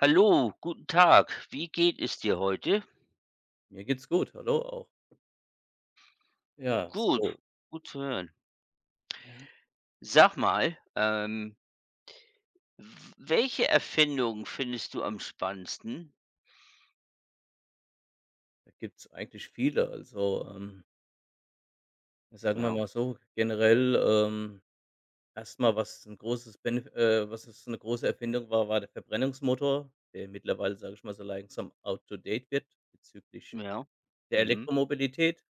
Hallo, guten Tag. Wie geht es dir heute? Mir geht's gut, hallo auch. Ja. Gut, So, gut zu hören. ja. Sag mal, welche Erfindung findest du am spannendsten? Da gibt's eigentlich viele. Also, sagen wir Ja, mal so, generell, erst was ein großes Benef was es 'ne große Erfindung war, war der Verbrennungsmotor, der mittlerweile, sage ich mal, so langsam out to date wird bezüglich ja, der mhm, Elektromobilität.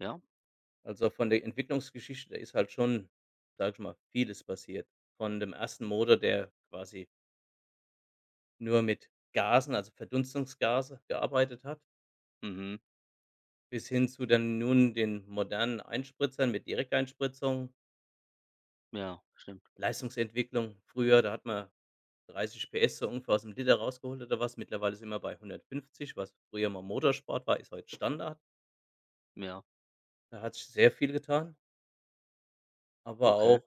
ja, Also, von der Entwicklungsgeschichte, da ist halt schon, sage ich mal, vieles passiert. Von dem ersten Motor, der quasi nur mit Gasen, also Verdunstungsgase gearbeitet hat. mhm, Bis hin zu dann nun den modernen Einspritzern mit Direkteinspritzung, ja, stimmt, Leistungsentwicklung. Früher, da hat man 30 PS so ungefähr aus dem Liter rausgeholt oder was. Mittlerweile sind wir bei 150, was früher mal Motorsport war, ist heute Standard. ja, Da hat sich sehr viel getan, aber okay. auch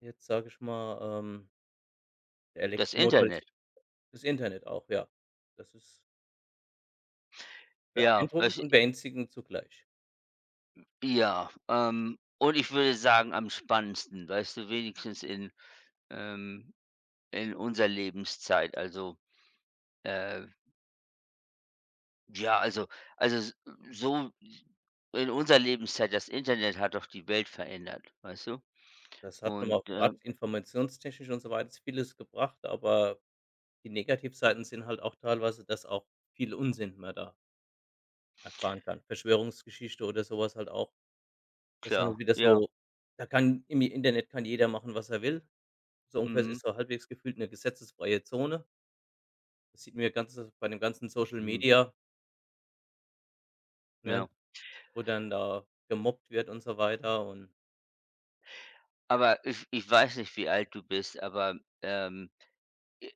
jetzt, sage ich mal, der Das Elektromotor, das Internet. das Internet auch, ja. Das ist Ja, beeindruckend was, und beängstigend zugleich. ja, und ich würde sagen, am spannendsten, weißt du, wenigstens ähm, in unserer Lebenszeit. Also, äh, ja, also so in unserer Lebenszeit, das Internet hat doch die Welt verändert, weißt du? Das hat nun mal Und, auch gerade informationstechnisch und so weiter, vieles gebracht, aber die Negativseiten sind halt auch teilweise, dass auch viel Unsinn man da erfahren kann. Verschwörungsgeschichte oder sowas halt auch. Das ist dann klar, wieder ja, so, da kann im Internet kann jeder machen, was er will. So ungefähr, es mhm, ist so halbwegs gefühlt eine gesetzesfreie Zone. Das sieht mir ganz bei dem ganzen Social mhm, Media, ne, ja. wo dann da gemobbt wird und so weiter und Aber ich weiß nicht, wie alt du bist, aber,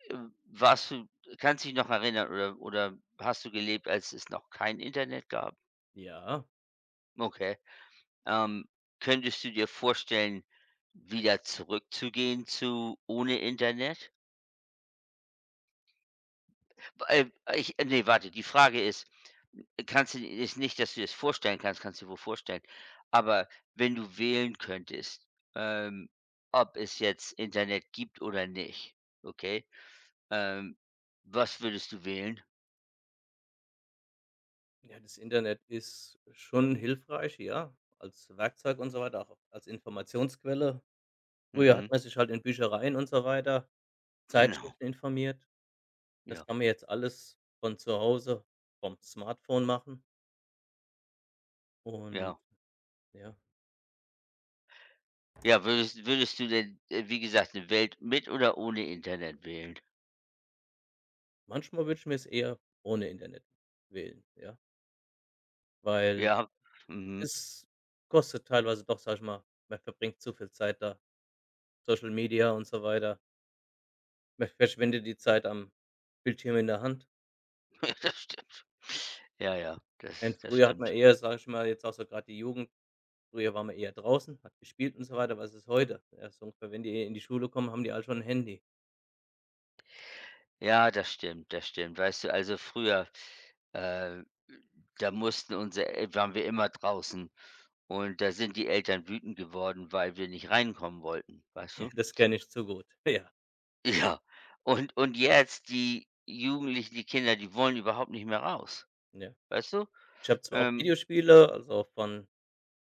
äh, warst du kannst dich noch erinnern oder hast du gelebt, als es noch kein Internet gab? ja. Okay. Ähm, Könntest du dir vorstellen, wieder zurückzugehen zu ohne Internet? Weil ich ne, warte, die Frage ist Kannst du dir ist nicht, dass du dir das vorstellen kannst kannst du dir wohl vorstellen. Aber wenn du wählen könntest, ähm, ob es jetzt Internet gibt oder nicht, okay? Ähm, Was würdest du wählen? Ja, das Internet ist schon hilfreich, ja, als Werkzeug und so weiter, auch als Informationsquelle. Früher Mhm, hat man sich halt in Büchereien und so weiter, genau. Zeitschriften informiert. Das Ja, kann man jetzt alles von zu Hause, vom Smartphone machen und ja. ja, Ja, würdest du denn, wie gesagt, eine Welt mit oder ohne Internet wählen? manchmal würde ich mir es eher ohne Internet wählen, ja, weil Ja, mhm, es kostet teilweise doch, sage ich mal, man verbringt zu viel Zeit da, Social Media und so weiter. Man verschwendet die Zeit am Bildschirm in der Hand. das stimmt. Ja, ja, das Und das früher hat man stimmt. eher, sage ich mal, jetzt auch so gerade die Jugend, früher war man eher draußen, hat gespielt und so weiter. Was ist heute? Ja, so ungefähr, wenn die in die Schule kommen, haben die alle schon ein Handy. Ja, das stimmt, das stimmt. Weißt du, also früher, äh, da mussten unsere El waren wir immer draußen und da sind die Eltern wütend geworden, weil wir nicht reinkommen wollten, weißt du? Das kenne ich zu gut. Ja, Ja, und jetzt die Jugendlichen, die Kinder, die wollen überhaupt nicht mehr raus, ja. weißt du? Ich habe zwar auch Ähm, Videospiele, also von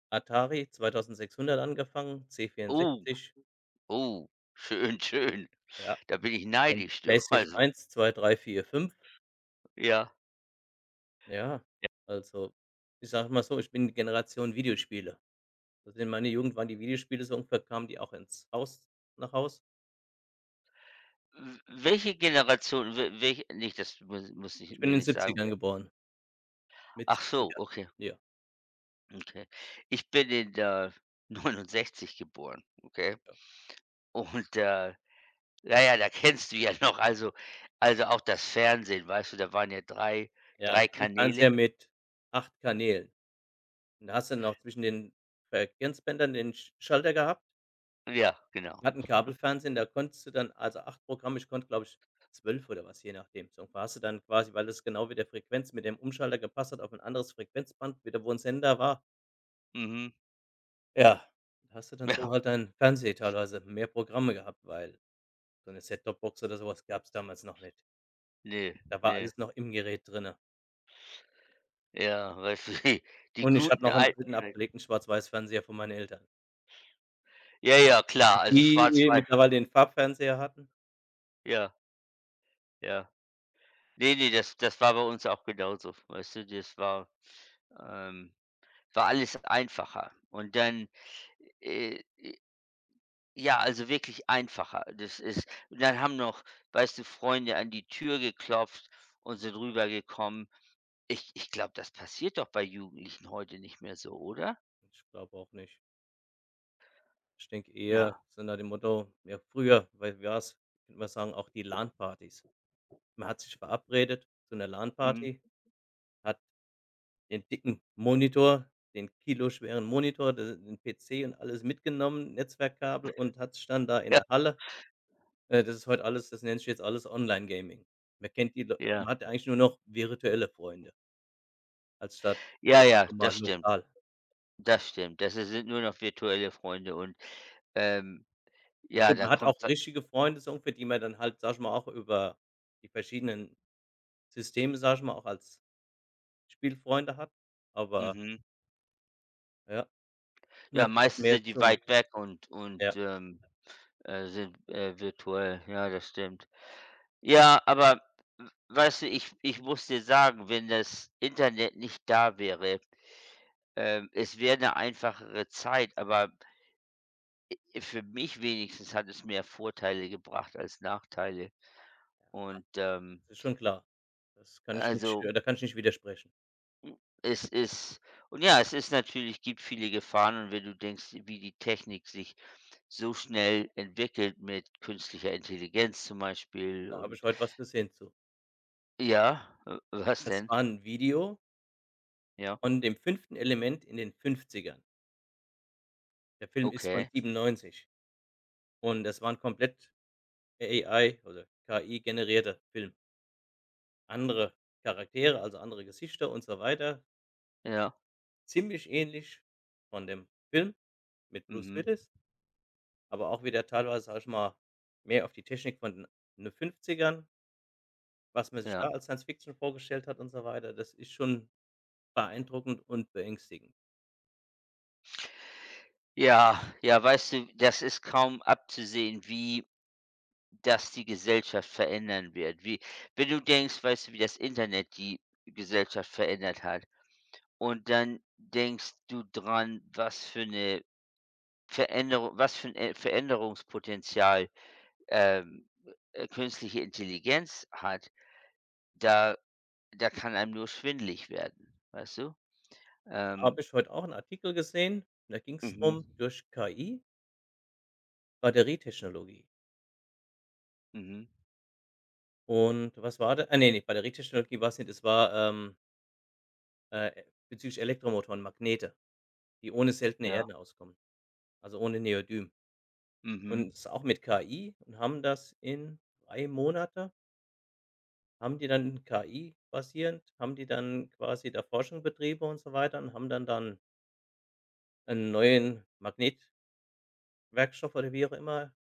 Atari 2600 angefangen, oh, C64, oh, schön, schön. ja, Da bin ich dann neidisch, du, PlayStation also, 1, 2, 3, 4, 5. ja. Ja, also, ich sage mal so, ich bin die Generation Videospiele. Also, in meiner Jugend waren die Videospiele so ungefähr, kamen die auch ins Haus, nach Haus. W Welche Generation, w welche nicht, das muss ich Ich bin mir in den nicht sagen, 70ern wer. geboren, mit Ach so, 70er. okay. Ja, Okay. Ich bin in, 69 geboren, okay? ja. Und, na ja, da kennst du ja noch, also auch das Fernsehen, weißt du, da waren ja drei, Ja, ich drei hatte 'n Kanäle. Fernseher mit 8 Kanälen. Und da hast du dann auch zwischen den Frequenzbändern den Schalter gehabt. Ja, genau. Wir hatten Kabelfernsehen, da konntest du dann also 8 Programme, ich konnte, glaube ich, 12 oder was, je nachdem. So, da hast du dann quasi, weil das genau mit der Frequenz, mit dem Umschalter gepasst hat, auf ein anderes Frequenzband, wieder wo ein Sender war. Mhm. Ja, da hast du dann so Ja, halt deinen Fernseher, teilweise mehr Programme gehabt, weil so eine Set-Top-Box oder sowas gab es damals noch nicht. ne, Da war ne. alles noch im Gerät drinne. Ja, weißt du, die Und ich hatte guten noch einen alten. alten, abgelegten Schwarz-Weiß-Fernseher von meinen Eltern. Ja, ja, klar, also Die, eh, schwarz-weiß. mittlerweile den Farbfernseher hatten. Ja, ja. Ne, ne, das war bei uns auch genauso, weißt du? Das war ähm, war alles einfacher. Und dann, äh ja, also wirklich einfacher. Das ist und dann haben noch, weißt du, Freunde an die Tür geklopft und sind rübergekommen. Ich glaube, das passiert doch bei Jugendlichen heute nicht mehr so, oder? Ich glaube auch nicht. Ich denke eher Ja, so nach dem Motto, ja früher, weil war's, könnte man sagen, auch die LAN-Partys. Man hat sich verabredet zu einer mhm. LAN-Party, hat den dicken Monitor, den kiloschweren Monitor, d den PC und alles mitgenommen, Netzwerkkabel und hat sich dann da in Ja, der Halle, das ist heute alles, das nennt sich jetzt alles Online-Gaming. Man kennt die Leu ja. man hat ja eigentlich nur noch virtuelle Freunde, als statt Ja, ja, das normal stimmt. lokal. Das stimmt. Das es sind nur noch virtuelle Freunde und, ähm, Na ja, gut, man dann hat auch kommt richtige Freunde so, für die man dann halt, sage ich mal, auch über die verschiedenen Systeme, sage ich mal, auch als Spielfreunde hat, aber mhm. ja, man Ja, wird auch meistens mehr sind die zum, weit weg und, ja, sind, virtuell. Ja, das stimmt. Ja, aber w weißt du, ich muss dir sagen, wenn das Internet nicht da wäre, es wäre eine einfachere Zeit, aber für mich wenigstens hat es mehr Vorteile gebracht als Nachteile. ja, Und, das ist schon klar. Das kann ich nicht also, äh, da kann ich nicht widersprechen. hm, es ist und ja, es ist natürlich gibt viele Gefahren und wenn du denkst, wie die Technik sich so schnell entwickelt mit künstlicher Intelligenz zum Beispiel Da habe ich und heute was gesehen zu. ja, w was Das denn? war 'n Video Ja, von dem fünften Element in den Fünfzigern. Der Film ist von okay, 97 und das war 'n komplett AI oder KI generierter Film. Andere Charaktere, also andere Gesichter und so weiter, ja. ziemlich ähnlich von dem Film mit Bruce Mhm, Willis. Aber auch wieder teilweise, sage ich mal, mehr auf die Technik von den, in den 50, was man sich da ja. als Science Fiction vorgestellt hat und so weiter. Das ist schon beeindruckend und beängstigend. Ja, ja, weißt du, das ist kaum abzusehen, wie das die Gesellschaft verändern wird. Wie wenn du denkst, weißt du, wie das Internet die Gesellschaft verändert hat und dann denkst du dran, was für eine Veränderung, was für ein Veränderungspotenzial, ähm, künstliche Intelligenz hat, da da kann einem nur schwindelig werden, weißt du? Ähm, Habe ich heute auch einen Artikel gesehen, da ging es mhm, drum, durch KI Batterietechnologie. mhm, Und was war da? Ah, nee, ne, Batterietechnologie war's nicht, es war, äh, bezüglich Elektromotoren, Magnete, die ohne seltene ja, Erden auskommen, also ohne Neodym. mhm, Und das ist auch mit KI und haben das in 3 Monate, haben die dann KI basierend, haben die dann quasi da Forschung betrieben und so weiter und haben dann einen neuen Magnetwerkstoff oder wie auch immer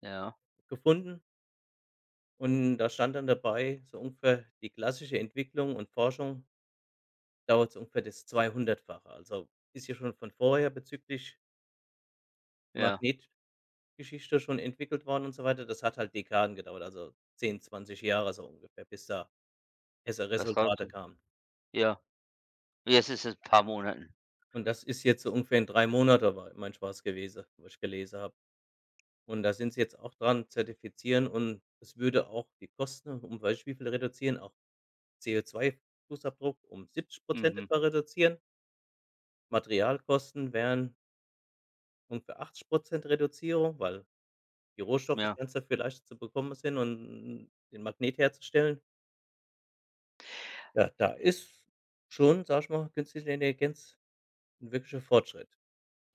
ja, gefunden und da stand dann dabei, so ungefähr die klassische Entwicklung und Forschung dauert so ungefähr das 200-fache. Also, ist ja schon von vorher bezüglich ja. Magnetgeschichte schon entwickelt worden und so weiter. Das hat halt Dekaden gedauert, also 10, 20 Jahre so ungefähr, bis da erste Was raus Resultate kamen. Ja, jetzt ist es ein paar Monaten. Und das ist jetzt so ungefähr in 3 Monaten war mein Spaß gewesen, wo ich gelesen habe. Und da sind sie jetzt auch dran, zertifizieren, und es würde auch die Kosten um weiß ich wie viel reduzieren, auch co zwei Fußabdruck um 70% Mhm, etwa reduzieren. Materialkosten wären ungefähr 80% Reduzierung, weil die Rohstoffe ja. ganz dafür leichter zu bekommen sind und den Magnet herzustellen. Ja, da ist schon, sage ich mal, künstliche Intelligenz ein wirklicher Fortschritt.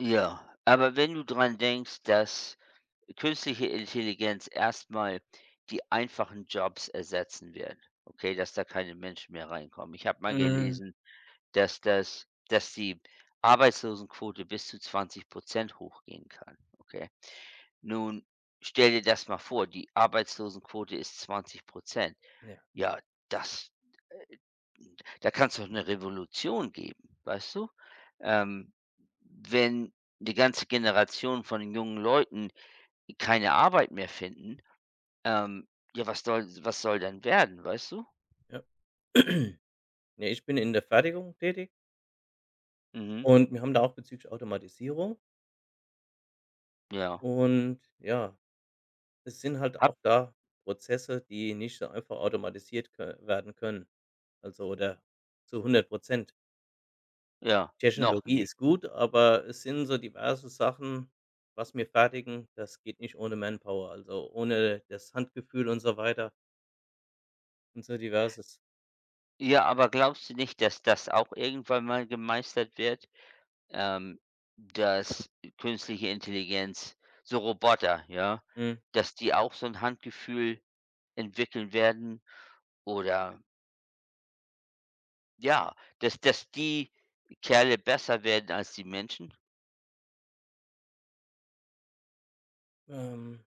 Ja, aber wenn du dran denkst, dass künstliche Intelligenz erstmal die einfachen Jobs ersetzen wird, okay, dass da keine Menschen mehr reinkommen. Ich habe mal Hm, gelesen, dass die Arbeitslosenquote bis zu 20 hochgehen kann, okay? Nun stell dir das mal vor, die Arbeitslosenquote ist 20. ja, Ja, das. Da kann's doch eine Revolution geben, weißt du? Ähm, Wenn die ganze Generation von jungen Leuten keine Arbeit mehr finden, ähm, ja, was soll dann werden, weißt du? ja. Ne, ich bin in der Fertigung tätig Mhm, und wir haben da auch bezüglich Automatisierung ja. und ja, es sind halt Hab auch da Prozesse, die nicht so einfach automatisiert kö werden können. Also, oder zu 100%. ja, noch Technologie nicht. ist gut, aber es sind so diverse Sachen, was wir fertigen, das geht nicht ohne Manpower, also ohne das Handgefühl und so weiter und so diverses. Ja, aber glaubst du nicht, dass das auch irgendwann mal gemeistert wird, ähm, dass künstliche Intelligenz so Roboter, ja, Mhm. dass die auch so ein Handgefühl entwickeln werden oder. Ja, dass die Kerle besser werden als die Menschen? Ähm,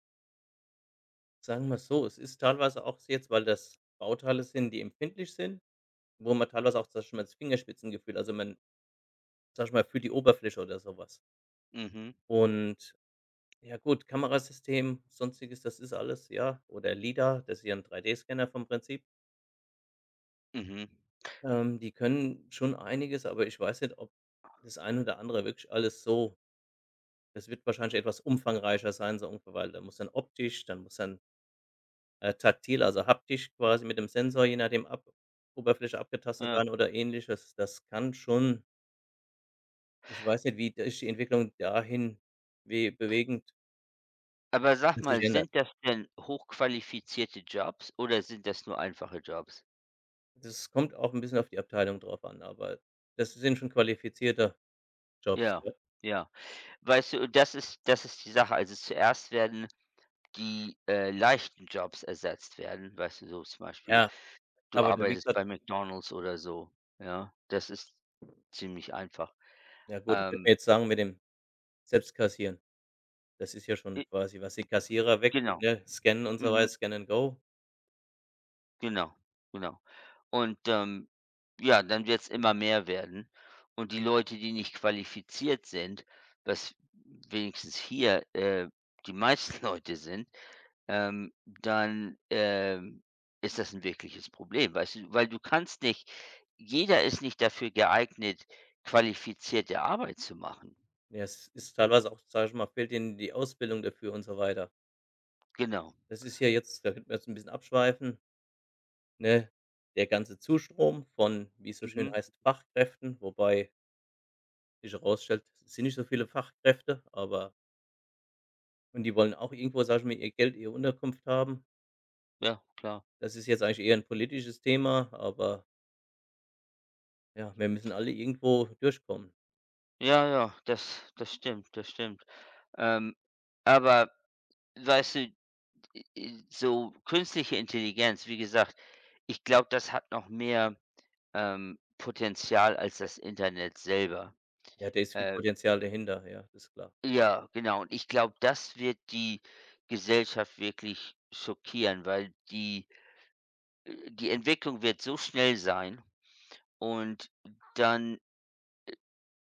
sagen wir's so, es ist teilweise auch jetzt, weil das Bauteile sind, die empfindlich sind, wo man teilweise auch, sage ich mal, das Fingerspitzengefühl, also man, sag ich mal, fühlt die Oberfläche oder so was. Mhm, Und ja gut, Kamerasystem, Sonstiges, das ist alles, ja. Oder LIDAR, das ist ja ein 3D-Scanner vom Prinzip. mhm, Die können schon einiges, aber ich weiß nicht, ob das ein oder andere wirklich alles so, das wird wahrscheinlich etwas umfangreicher sein, so ungefähr, weil da muss dann optisch, dann muss dann, taktil, also haptisch quasi mit dem Sensor, je nachdem ab, Oberfläche abgetastet ja. werden oder Ähnliches. Das kann schon, ich weiß nicht, wie sich die Entwicklung dahin, wie bewegend Aber sag mal, sich ändert. sind das denn hochqualifizierte Jobs oder sind das nur einfache Jobs? Das kommt auch 'n bisschen auf die Abteilung drauf an, aber das sind schon qualifizierte Jobs, Ja, ja. ja. Weißt du, und das ist die Sache. Also, zuerst werden die, leichten Jobs ersetzt werden, weißt du, so zum Beispiel, Ja, du aber da wie arbeitest gesagt, bei McDonald's oder so, ja? Das ist ziemlich einfach. ja gut, könnte man Ähm, jetzt sagen mit dem Selbstkassieren. Das ist ja i schon quasi, was die Kassierer weg, Genau, ne, Scannen und so weiter, mhm. Scan and Go. Genau, genau. Und, ja, dann wird es immer mehr werden. Und die Leute, die nicht qualifiziert sind, was wenigstens hier, die meisten Leute sind, dann, ist das ein wirkliches Problem, weißt du? Weil du kannst nicht jeder ist nicht dafür geeignet, qualifizierte Arbeit zu machen. Ja, es ist teilweise auch, sage ich mal, fehlt denen die Ausbildung dafür und so weiter. Genau. Das ist ja jetzt, da könnten wir jetzt 'n bisschen abschweifen, ne, der ganze Zustrom von, wie es so schön Mhm. heißt, Fachkräften, wobei sich herausstellt, es sind nicht so viele Fachkräfte, aber. Und die wollen auch irgendwo, sage ich mal, ihr Geld, ihre Unterkunft haben. Ja, klar. Das ist jetzt eigentlich eher ein politisches Thema, aber ja, wir müssen alle irgendwo durchkommen. Ja, ja, das stimmt, das stimmt. Ähm, aber weißt du. I So künstliche Intelligenz, wie gesagt, ich glaube, das hat noch mehr, Potenzial als das Internet selber. Ja, da ist viel Äh, Potenzial dahinter, ja, das ist klar. ja, genau. Und ich glaube, das wird die Gesellschaft wirklich schockieren, weil die die Entwicklung wird so schnell sein und dann.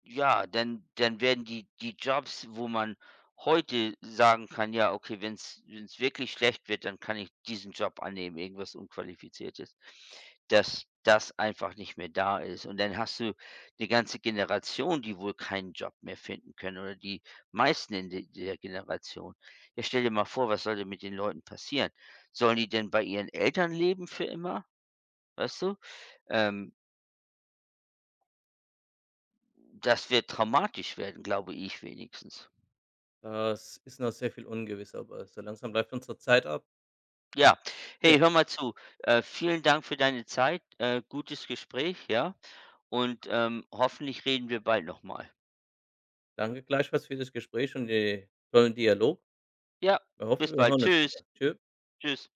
Ja, dann werden die Jobs, wo man heute sagen kann: „Ja, okay, wenn es wirklich schlecht wird, dann kann ich diesen Job annehmen", irgendwas Unqualifiziertes, dass das einfach nicht mehr da ist. Und dann hast du eine ganze Generation, die wohl keinen Job mehr finden können oder die meisten in de der Generation. Ja, stell dir mal vor, was sollte mit den Leuten passieren? Sollen die denn bei ihren Eltern leben für immer, weißt du? Ähm, Das wird traumatisch werden, glaube ich wenigstens. Das ist noch sehr viel ungewiss, aber so langsam läuft unsere Zeit ab. Ja. Ja, Hey, hör mal zu. Vielen Dank für deine Zeit. Gutes Gespräch, ja? Und, hoffentlich reden wir bald noch mal. danke gleichfalls für das Gespräch und den tollen Dialog. Ja, Wir bis hoffen, wir bald. hören uns Tschüss. wieder. Tschü Tschüss.